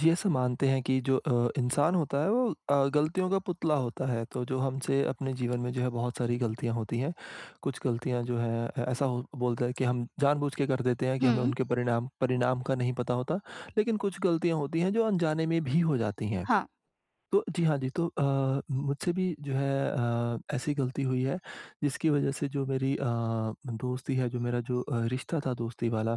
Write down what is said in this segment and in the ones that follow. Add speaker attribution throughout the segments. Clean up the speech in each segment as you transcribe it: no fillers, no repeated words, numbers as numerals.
Speaker 1: जी, ऐसा मानते हैं कि जो इंसान होता है वो गलतियों का पुतला होता है। तो जो हमसे अपने जीवन में जो है बहुत सारी गलतियाँ होती हैं। कुछ गलतियाँ जो हैं ऐसा हो बोलता है कि हम जानबूझ के कर देते हैं कि हमें
Speaker 2: हुँ,
Speaker 1: उनके परिणाम परिणाम का नहीं पता होता। लेकिन कुछ गलतियाँ होती हैं जो अनजाने में भी हो जाती हैं।
Speaker 2: हाँ।
Speaker 1: तो जी हाँ जी, तो मुझसे भी जो है ऐसी गलती हुई है जिसकी वज़ह से जो मेरी दोस्ती है, जो मेरा जो रिश्ता था दोस्ती वाला,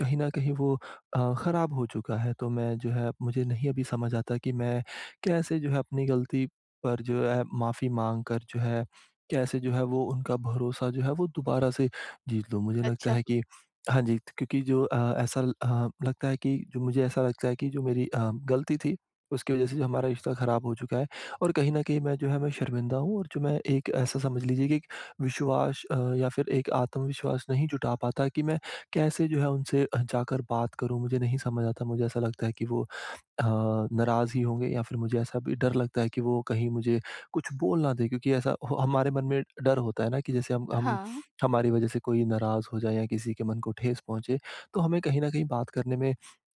Speaker 1: कहीं न कहीं वो ख़राब हो चुका है। तो मैं जो है मुझे नहीं अभी समझ आता कि मैं कैसे जो है अपनी गलती पर जो है माफ़ी माँग कर जो है, कैसे जो है वो उनका भरोसा जो है वो दोबारा से जीत लूँ। मुझे लगता
Speaker 2: अच्छा।
Speaker 1: है कि हाँ जी, क्योंकि जो ऐसा लगता है कि जो मुझे ऐसा लगता है कि जो मेरी गलती थी उसकी वजह से जो हमारा रिश्ता ख़राब हो चुका है और कहीं न कहीं मैं जो है मैं शर्मिंदा हूँ और जो मैं एक ऐसा समझ लीजिए कि एक विश्वास या फिर एक आत्मविश्वास नहीं जुटा पाता कि मैं कैसे जो है उनसे जाकर बात करूँ, मुझे नहीं समझ आता। मुझे ऐसा लगता है कि वो अ, नाराज़ ही होंगे या फिर मुझे ऐसा भी डर लगता है कि वो कहीं मुझे कुछ बोल ना दें क्योंकि ऐसा हो हमारे मन में डर होता है ना कि जैसे हम
Speaker 2: हाँ,
Speaker 1: हमारी वज़ह से कोई नाराज़ हो जाए या किसी के मन को ठेस पहुँचे, तो हमें कहीं न कहीं बात करने में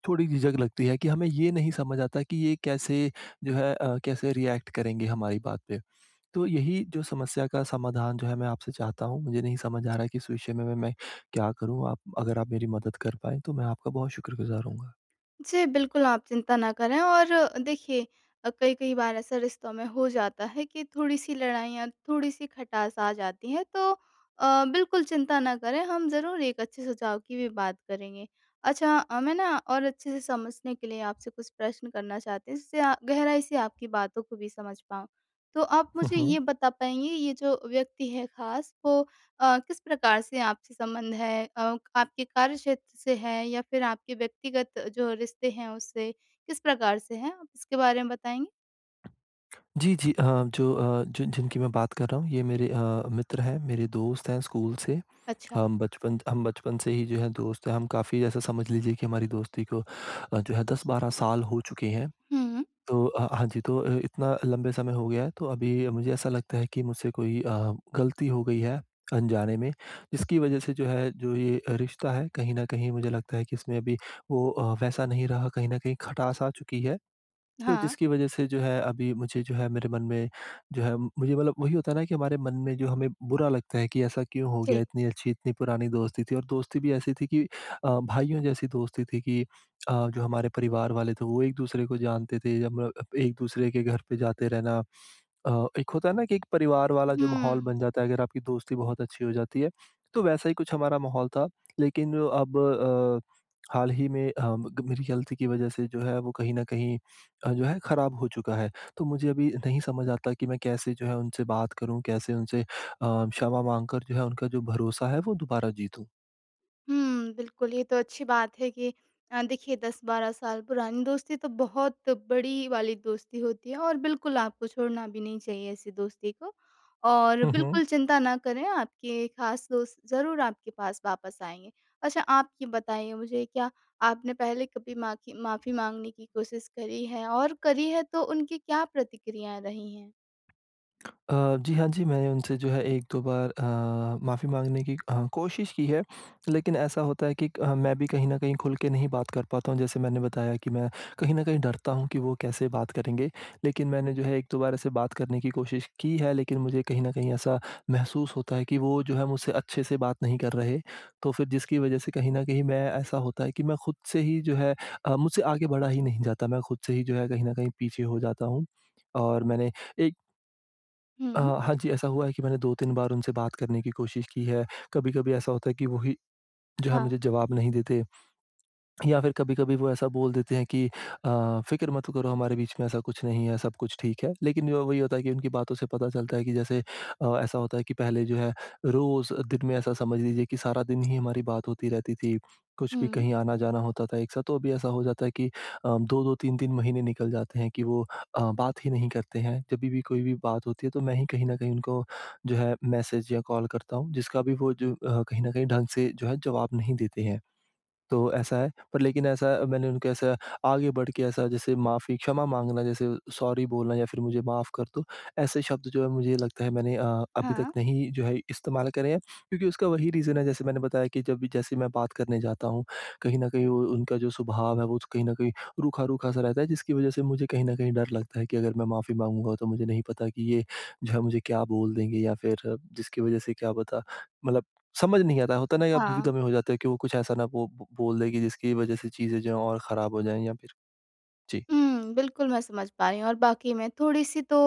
Speaker 1: थोड़ी झिझक लगती है कि हमें ये नहीं समझ आता कि ये कैसे जो है कैसे रिएक्ट करेंगे हमारी बात पे। तो यही जो समस्या का समाधान जो है मैं आपसे चाहता हूँ, मुझे नहीं समझ आ रहा कि इस विषय में मैं क्या करूँ? आप अगर आप मेरी मदद कर पाएँ, तो मैं आपका बहुत शुक्रगुज़ार होऊँगा।
Speaker 2: जी बिल्कुल आप चिंता ना करें और देखिए कई-कई बार ऐसा रिश्तों में हो जाता है कि थोड़ी-सी लड़ाइयाँ, थोड़ी-सी खटास आ जाती है तो बिल्कुल चिंता ना करें, हम ज़रूर एक अच्छे सुझाव की भी बात करेंगे। अच्छा मैं ना और अच्छे से समझने के लिए आपसे कुछ प्रश्न करना चाहती हूँ जिससे गहराई से आपकी बातों को भी समझ पाऊँ। तो आप मुझे ये बता पाएँगे ये जो व्यक्ति है ख़ास वो किस प्रकार से आपसे संबंध है? आपके कार्य क्षेत्र से है या फिर आपके व्यक्तिगत जो रिश्ते हैं उससे, किस प्रकार से हैं? आप इसके बारे में बताएँगे?
Speaker 1: जी, जी। जो जिनकी मैं बात कर रहा हूँ, ये मेरे मित्र हैं, मेरे दोस्त हैं स्कूल से।
Speaker 2: अच्छा।
Speaker 1: हम बचपन से ही जो है दोस्त हैं, हम काफ़ी ऐसा समझ लीजिए कि हमारी दोस्ती को जो है 10-12 साल हो चुके हैं।
Speaker 2: हुँ,
Speaker 1: तो हाँ जी, तो इतना लंबे समय हो गया है, तो अभी मुझे ऐसा लगता है कि मुझसे कोई गलती हो गई है अनजाने में, जिसकी वजह से जो है, जो ये रिश्ता है, कहीं न कहीं मुझे लगता है कि इसमें अभी वो वैसा नहीं रहा, कहीं न कहीं खटास आ चुकी है। तो
Speaker 2: हाँ।
Speaker 1: जिसकी वजह से जो है अभी मुझे जो है मेरे मन में जो है मुझे मतलब वही होता है ना कि हमारे मन में जो हमें बुरा लगता है कि ऐसा क्यों हो गया
Speaker 2: ठीक।
Speaker 1: इतनी अच्छी इतनी पुरानी दोस्ती थी और दोस्ती भी ऐसी थी कि भाइयों जैसी दोस्ती थी कि जो हमारे परिवार वाले थे वो एक दूसरे को जानते थे जब हम लोग एक दूसरे के घर पे जाते रहना एक होता है ना कि एक परिवार वाला जो माहौल
Speaker 2: हुँ।
Speaker 1: बन जाता है अगर आपकी दोस्ती बहुत अच्छी हो जाती है, तो वैसा ही कुछ हमारा माहौल था। लेकिन जो अब हाल ही में अ, ग मेरी गलती की वज़ह से जो है वो कहीं न कहीं जो है ख़राब हो चुका है। तो मुझे अभी नहीं समझ आता कि मैं कैसे जो है उनसे बात करूँ? कैसे उनसे क्षमा माँग कर जो है उनका जो भरोसा है वो दोबारा जीतूँ?
Speaker 2: हुँ, बिल्कुल, ये तो अच्छी बात है कि देखिए 10-12 साल पुरानी दोस्ती तो बहुत बड़ी वाली दोस्ती होती है और बिल्कुल आपको छोड़ना भी नहीं चाहिए ऐसी दोस्ती को। और बिल्कुल चिंता ना करें, आपके खास दोस्त ज़रूर आपके पास वापस आएँगे। अच्छा, आप ये बताइए मुझे क्या आपने पहले कभी माखी माफ़ी माँगने की कोशिश करी है? और करी है तो उनकी क्या प्रतिक्रियाएँ रही हैं?
Speaker 1: जी हाँ जी, मैंने उनसे जो है 1-2 बार माफ़ी माँगने की कोशिश की है, लेकिन ऐसा होता है कि मैं भी कहीं न कहीं खुल के नहीं बात कर पाता हूँ। जैसे मैंने बताया कि मैं कहीं न कहीं डरता हूँ कि वो कैसे बात करेंगे। लेकिन मैंने जो है 1-2 बार ऐसे बात करने की कोशिश की है, लेकिन मुझे कहीं न कहीं ऐसा महसूस होता है कि वो जो है मुझसे अच्छे से बात नहीं कर रहे। तो फिर जिसकी वजह से कहीं न कहीं मैं ऐसा होता है कि मैं खुद से ही जो है मुझसे आगे बढ़ा ही नहीं जाता। मैं खुद से ही जो है कहीं न कहीं पीछे हो जाता हूँ। और मैंने
Speaker 2: हुँ,
Speaker 1: हाँ जी, ऐसा हुआ है कि मैंने 2-3 बार उनसे बात करने की कोशिश की है। कभी-कभी ऐसा होता है कि वही जो है
Speaker 2: हाँ,
Speaker 1: मुझे जवाब नहीं देते या फिर कभी-कभी वो ऐसा बोल देते हैं कि फ़िक्र मत करो हमारे बीच में ऐसा कुछ नहीं है, सब कुछ ठीक है। लेकिन वो वही होता है कि उनकी बातों से पता चलता है कि जैसे ऐसा होता है कि पहले जो है रोज़ दिन में ऐसा समझ लीजिए कि सारा दिन ही हमारी बात होती रहती थी। कुछ भी
Speaker 2: हुँ,
Speaker 1: कहीं आना-जाना होता था एक साथ, तो अभी ऐसा हो जाता है कि 2-2 3-3 महीने निकल जाते हैं कि वो बात ही नहीं करते हैं। जभी भी कोई भी बात होती है तो मैं ही कहीं न कहीं उनको जो है मैसेज या कॉल करता हूँ, जिसका भी वो जो कहीं न कहीं ढंग से जो है जवाब नहीं देते हैं। तो ऐसा है, पर लेकिन ऐसा मैंने उनको ऐसा आगे बढ़ के ऐसा जैसे माफ़ी क्षमा माँगना जैसे सॉरी बोलना या फिर मुझे माफ़ कर दो, ऐसे शब्द जो है मुझे लगता है मैंने अभी तक
Speaker 2: हाँ,
Speaker 1: नहीं जो है इस्तेमाल करे हैं। क्योंकि उसका वही रीज़न है जैसे मैंने बताया कि जब भी जैसे मैं बात करने जाता हूँ, कहीं न कहीं वो उनका जो स्वभाव है वो कहीं न कहीं रूखा-रूखा सा रहता है जिसकी वज़ह से मुझे कहीं न कहीं डर लगता है कि अगर मैं माफ़ी माँगूँगा तो मुझे नहीं पता कि ये जो है मुझे क्या बोल देंगे या फिर जिसकी वज़ह से क्या पता मतलब समझ नहीं आता, होता ना कि आप
Speaker 2: हाँ।
Speaker 1: दुविधा में हो जाते हो कि वो कुछ ऐसा ना वो ब बोल दे कि जिसकी वजह से चीज़ें जो हैं और ख़राब हो जाएँ या फिर जी।
Speaker 2: हुँ, बिल्कुल मैं समझ पा रही हूँ और वाक़ई में थोड़ी-सी तो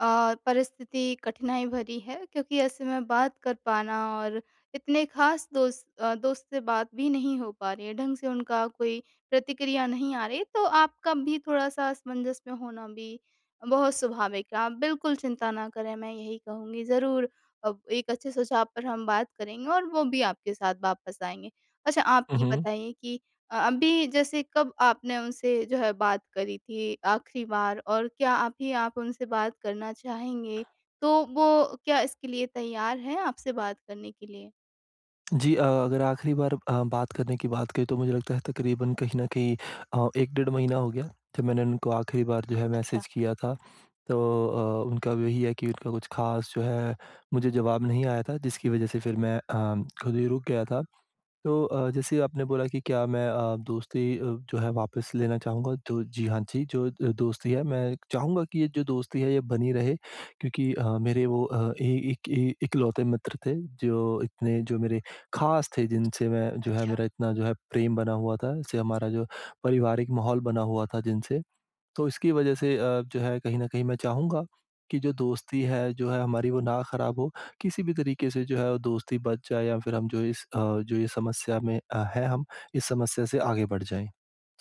Speaker 2: परिस्थिति कठिनाई भरी है क्योंकि ऐसे में बात कर पाना और इतने ख़ास दोस्त से बात भी नहीं हो पा रही है, ढंग से उनका कोई प्रतिक्रिया नहीं आ रही, तो आपका भी थोड़ा-सा असमंजस में होना भी बहुत स्वाभाविक है। आप बिल्कुल चिंता ना करें, मैं यही कहूँगी। ज़रूर अब एक अच्छे सुझाव पर हम बात करेंगे और वो भी आपके साथ वापस आएँगे। अच्छा, आप
Speaker 1: हुँ,
Speaker 2: ये
Speaker 1: हुँ।
Speaker 2: बताइए कि अभी जैसे कब आपने उनसे जो है बात करी थी आखिरी बार और क्या अभी आप उनसे बात करना चाहेंगे? तो वो क्या इसके लिए तैयार हैं आपसे बात करने के लिए?
Speaker 1: जी अगर आखिरी बार बात करने की बात करें तो मुझे लगता है तकरीबन कहीं न कहीं 1 डेढ़ महीना हो गया जब मैंने उनको आखिरी बार जो है
Speaker 2: अच्छा।
Speaker 1: मैसेज किया था। तो उनका वही है कि उनका कुछ ख़ास जो है मुझे जवाब नहीं आया था जिसकी वजह से फिर मैं खुद ही रुक गया था। तो जैसे आपने बोला कि क्या मैं दोस्ती जो है वापस लेना चाहूँगा, तो जी हाँ जी, जो दोस्ती है मैं चाहूँगा कि ये जो दोस्ती है ये बनी रहे क्योंकि मेरे वो अ, ए एक ए इकलौते मित्र थे जो इतने जो मेरे ख़ास थे जिनसे मैं जो है मेरा इतना जो है प्रेम बना हुआ था, इससे हमारा जो पारिवारिक माहौल बना हुआ था जिनसे। तो इसकी वजह से जो है कहीं न कहीं मैं चाहूँगा कि जो दोस्ती है, जो है हमारी वो ना खराब हो। किसी भी तरीके से जो है वो दोस्ती बच जाए या फिर हम जो इस जो ये समस्या में हैं हम, इस समस्या से आगे बढ़ जाएँ।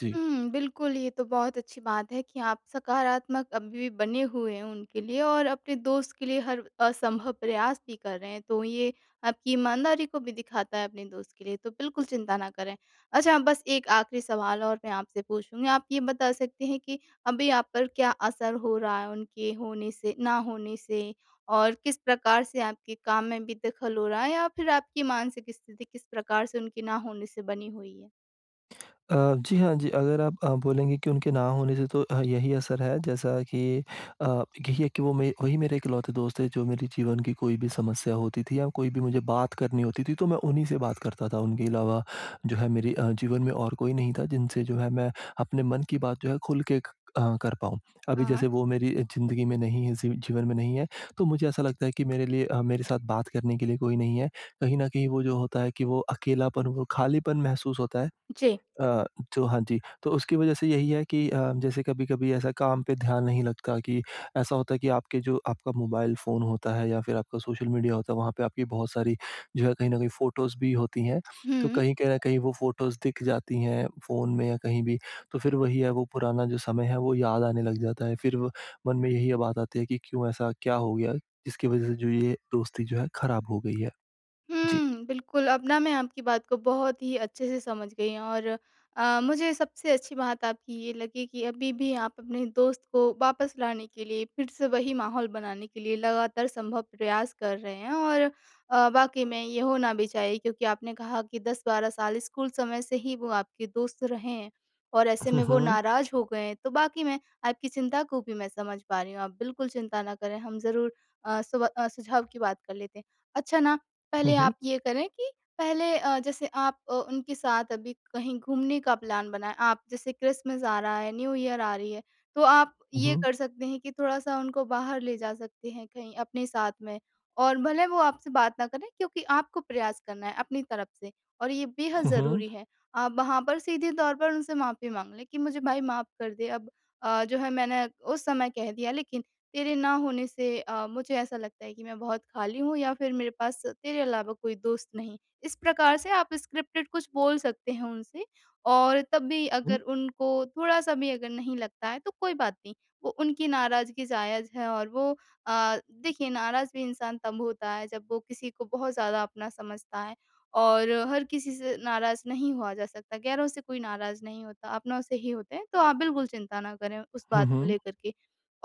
Speaker 1: जी।
Speaker 2: हुँ, बिल्कुल, ये तो बहुत अच्छी बात है कि आप सकारात्मक अभी भी बने हुए हैं उनके लिए और अपने दोस्त के लिए हर असंभव प्रयास भी कर रहे हैं, तो ये आपकी ईमानदारी को भी दिखाता है अपने दोस्त के लिए, तो बिल्कुल चिंता ना करें। अच्छा, बस एक आखिरी सवाल और मैं आपसे पूछूँगी, आप ये बता सकते हैं कि अभी आप पर क्या असर हो रहा है उनके होने से ना होने से? और किस प्रकार से आपके काम में भी दखल हो रहा है या फिर आपकी मानसिक स्थिति किस प्रकार से उनके ना होने से बनी हुई है?
Speaker 1: अ, जी हाँ, जी, अगर आप बोलेंगे कि उनके ना होने से तो यही असर है जैसा कि अ, यही है कि वो मे वही मेरे इकलौते दोस्त हैं जो मेरे जीवन की कोई भी समस्या होती थी या कोई भी मुझे बात करनी होती थी तो मैं उन्हीं से बात करता था। उनके अलावा जो है मेरे जीवन में और कोई नहीं था जिनसे जो है मैं अपने मन की बात जो है खुल के क कर पाऊँ। अभी
Speaker 2: हाँ।
Speaker 1: जैसे वो मेरी ज़िंदगी में नहीं है ज़ी जीवन में नहीं है तो मुझे ऐसा लगता है कि मेरे लिए मेरे साथ बात करने के लिए कोई नहीं है। कहीं न कहीं वो जो होता है कि वो अकेलापन, वो खालीपन महसूस होता है।
Speaker 2: जी,
Speaker 1: अ, जो हाँ जी, तो उसकी वजह से यही है कि जैसे कभी-कभी ऐसा काम पे ध्यान नहीं लगता कि ऐसा होता है कि आपके जो आपका मोबाइल फ़ोन होता है या फिर आपका सोशल मीडिया होता है, वहाँ पे आपकी बहुत सारी जो है कहीं न कहीं फ़ोटोज़ भी होती हैं। तो
Speaker 2: हुँ।
Speaker 1: कहीं कहीं न कहीं वो फ़ोटोज़ दिख जाती हैं फ़ोन में या कहीं भी, तो फिर वही है वो पुराना जो समय है वो याद आने लग जाता है। फिर वो मन में यही बात आती है कि क्यों ऐसा क्या हो गया? जिसकी वजह से जो ये दोस्ती जो है खराब हो गई है। जी।
Speaker 2: हुँ, बिल्कुल, अब ना मैं आपकी बात को बहुत ही अच्छे से समझ गई हूँ, और मुझे सबसे अच्छी बात आपकी ये लगी कि अभी भी आप अपने दोस्त को वापस लाने के लिए, फिर से वही माहौल बनाने के लिए लगातार संभव प्रयास कर रहे हैं और वाक़ई में ये होना भी चाहिए, क्योंकि आपने कहा कि 10-12 साल स्कूल समय से ही वो आपके दोस्त रहे हैं और ऐसे
Speaker 1: हुँ,
Speaker 2: में वो
Speaker 1: हुँ।
Speaker 2: नाराज़ हो गए हैं, तो वाक़ई में आपकी चिंता को भी मैं समझ पा रही हूँ। आप बिल्कुल चिंता ना करें, हम ज़रूर सुझाव की बात कर लेते हैं। अच्छा ना,
Speaker 1: हुँ,
Speaker 2: पहले
Speaker 1: हुँ।
Speaker 2: आप ये करें कि पहले जैसे आप उनके साथ अभी कहीं घूमने का प्लान बनाएँ। आप जैसे क्रिसमस आ रहा है, न्यू ईयर आ रही है, तो आप
Speaker 1: हुँ,
Speaker 2: ये
Speaker 1: हुँ।
Speaker 2: कर सकते हैं कि थोड़ा-सा उनको बाहर ले जा सकते हैं कहीं अपने साथ में। और भले वो आपसे बात ना करें, क्योंकि आपको प्रयास करना है अपनी तरफ से और ये बेहद
Speaker 1: हुँ, हुँ।
Speaker 2: ज़रूरी है। आप वहाँ पर सीधे तौर पर उनसे माफ़ी माँग लें कि मुझे भाई माफ़ कर दे, अब जो है मैंने उस समय कह दिया, लेकिन तेरे ना होने से मुझे ऐसा लगता है कि मैं बहुत खाली हूँ या फिर मेरे पास तेरे अलावा कोई दोस्त नहीं। इस प्रकार से आप स्क्रिप्टेड कुछ बोल सकते हैं उनसे, और तब भी अगर उनको थोड़ा-सा भी अगर नहीं लगता है तो कोई बात नहीं। वो उनकी नाराज़गी जायज़ है, और वो देखिए, नाराज़ भी इंसान तब होता है जब वो किसी को बहुत ज़्यादा अपना समझता है, और हर किसी से नाराज़ नहीं हुआ जा सकता। गैरों से कोई नाराज़ नहीं होता, अपनों से ही होते हैं। तो आप बिल्कुल चिंता ना करें उस
Speaker 1: हुँ,
Speaker 2: बात को
Speaker 1: हुँ।
Speaker 2: लेकर के।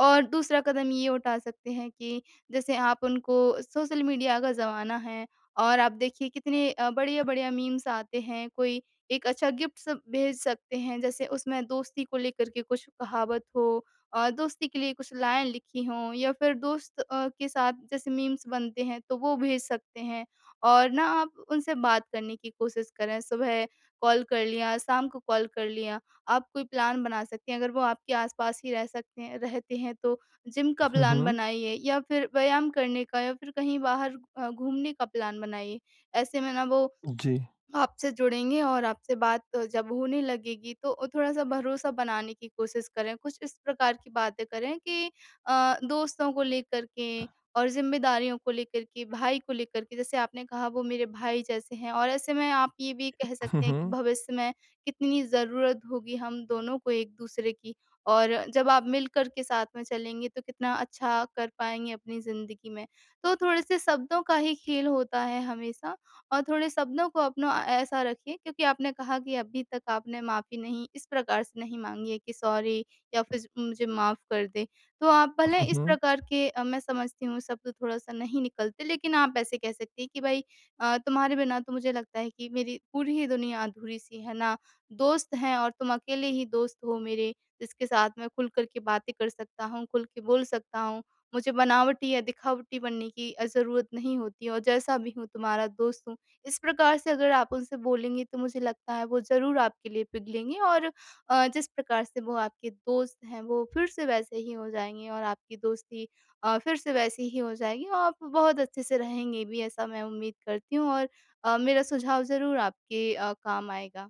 Speaker 2: और दूसरा कदम ये उठा सकते हैं कि जैसे आप उनको, सोशल मीडिया का ज़माना है, और आप देखिए कितने बढ़िया-बढ़िया मीम्स आते हैं। कोई एक अच्छा गिफ्ट सब भेज सकते हैं, जैसे उसमें दोस्ती को लेकर के कुछ कहावत हो और दोस्ती के लिए कुछ लाइन लिखी हों, या फिर दोस्त के साथ जैसे मीम्स बनते हैं तो वो भेज सकते हैं। और ना आप उनसे बात करने की कोशिश करें, सुबह कॉल कर लिया, शाम को कॉल कर लिया। आप कोई प्लान बना सकती हैं। अगर वो आपके आसपास ही रह सकते हैं, रहते हैं, तो जिम का
Speaker 1: हुँ,
Speaker 2: प्लान
Speaker 1: हुँ।
Speaker 2: बनाइए या फिर व्यायाम करने का या फिर कहीं बाहर घूमने का प्लान बनाइए। ऐसे में ना वो
Speaker 1: जी।
Speaker 2: आपसे जुड़ेंगे और आपसे बात जब होने लगेगी, तो थोड़ा-सा भरोसा बनाने की कोशिश करें। कुछ इस प्रकार की बातें करें कि दोस्तों को लेकर के और ज़िम्मेदारियों को लेकर के, भाई को लेकर के, जैसे आपने कहा वो मेरे भाई जैसे हैं, और ऐसे में आप ये भी कह
Speaker 1: हुँ,
Speaker 2: सकते हैं कि
Speaker 1: हुँ।
Speaker 2: भविष्य में कितनी ज़रूरत होगी हम दोनों को एक-दूसरे की, और जब आप मिलकर के साथ में चलेंगे तो कितना अच्छा कर पाएँगे अपनी ज़िंदगी में। तो थोड़े-से शब्दों का ही खेल होता है हमेशा, और थोड़े शब्दों को अपना ऐसा रखिए, क्योंकि आपने कहा कि अभी तक आपने माफ़ी नहीं इस प्रकार से नहीं माँगी है कि सॉरी या फिर मुझे माफ़ कर दें। तो आप भले
Speaker 1: हुँ,
Speaker 2: इस
Speaker 1: हुँ।
Speaker 2: प्रकार के, मैं समझती हूँ, शब्द थोड़ा-सा नहीं निकलते, लेकिन आप ऐसे कह सकती हैं कि भाई तुम्हारे बिना तो मुझे लगता है कि मेरी पूरी ही दुनिया अधूरी-सी है ना, दोस्त हैं और तुम अकेले ही दोस्त हो मेरे, जिसके साथ मैं खुल कर के बातें कर सकता हूँ, खुल के बोल सकता हूँ। मुझे बनावटी या दिखावटी बनने की ज़रूरत नहीं होती, और जैसा भी हूँ तुम्हारा दोस्त हूँ। इस प्रकार से अगर आप उनसे बोलेंगे तो मुझे लगता है वो ज़रूर आपके लिए पिघलेंगे, और जिस प्रकार से वो आपके दोस्त हैं वो फिर से वैसे ही हो जाएँगे, और आपकी दोस्ती फिर से वैसी ही हो जाएगी, और आप बहुत अच्छे से रहेंगे भी, ऐसा मैं उम्मीद करती हूँ, और मेरा सुझाव ज़रूर आपके काम आएगा।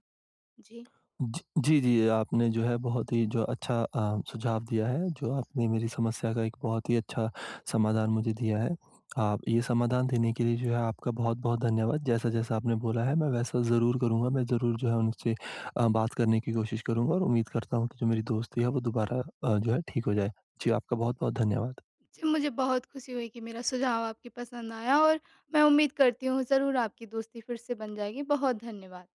Speaker 2: जी।
Speaker 1: ज जी, जी, आपने जो है बहुत ही जो अच्छा सुझाव दिया है, जो आपने मेरी समस्या का एक बहुत ही अच्छा समाधान मुझे दिया है। आप ये समाधान देने के लिए जो है आपका बहुत-बहुत धन्यवाद। जैसा-जैसा आपने बोला है, मैं वैसा ज़रूर करूँगा। मैं ज़रूर जो है उनसे बात करने की कोशिश करूँगा और उम्मीद करता हूँ कि जो मेरी दोस्ती है वो दोबारा जो है ठीक हो जाए। जी, आपका बहुत-बहुत धन्यवाद।
Speaker 2: जी, मुझे बहुत खुशी हुई कि मेरा सुझाव आपकी पसंद आया, और मैं उम्मीद करती हूँ ज़रूर आपकी दोस्ती फिर से बन जाएगी। बहुत धन्यवाद।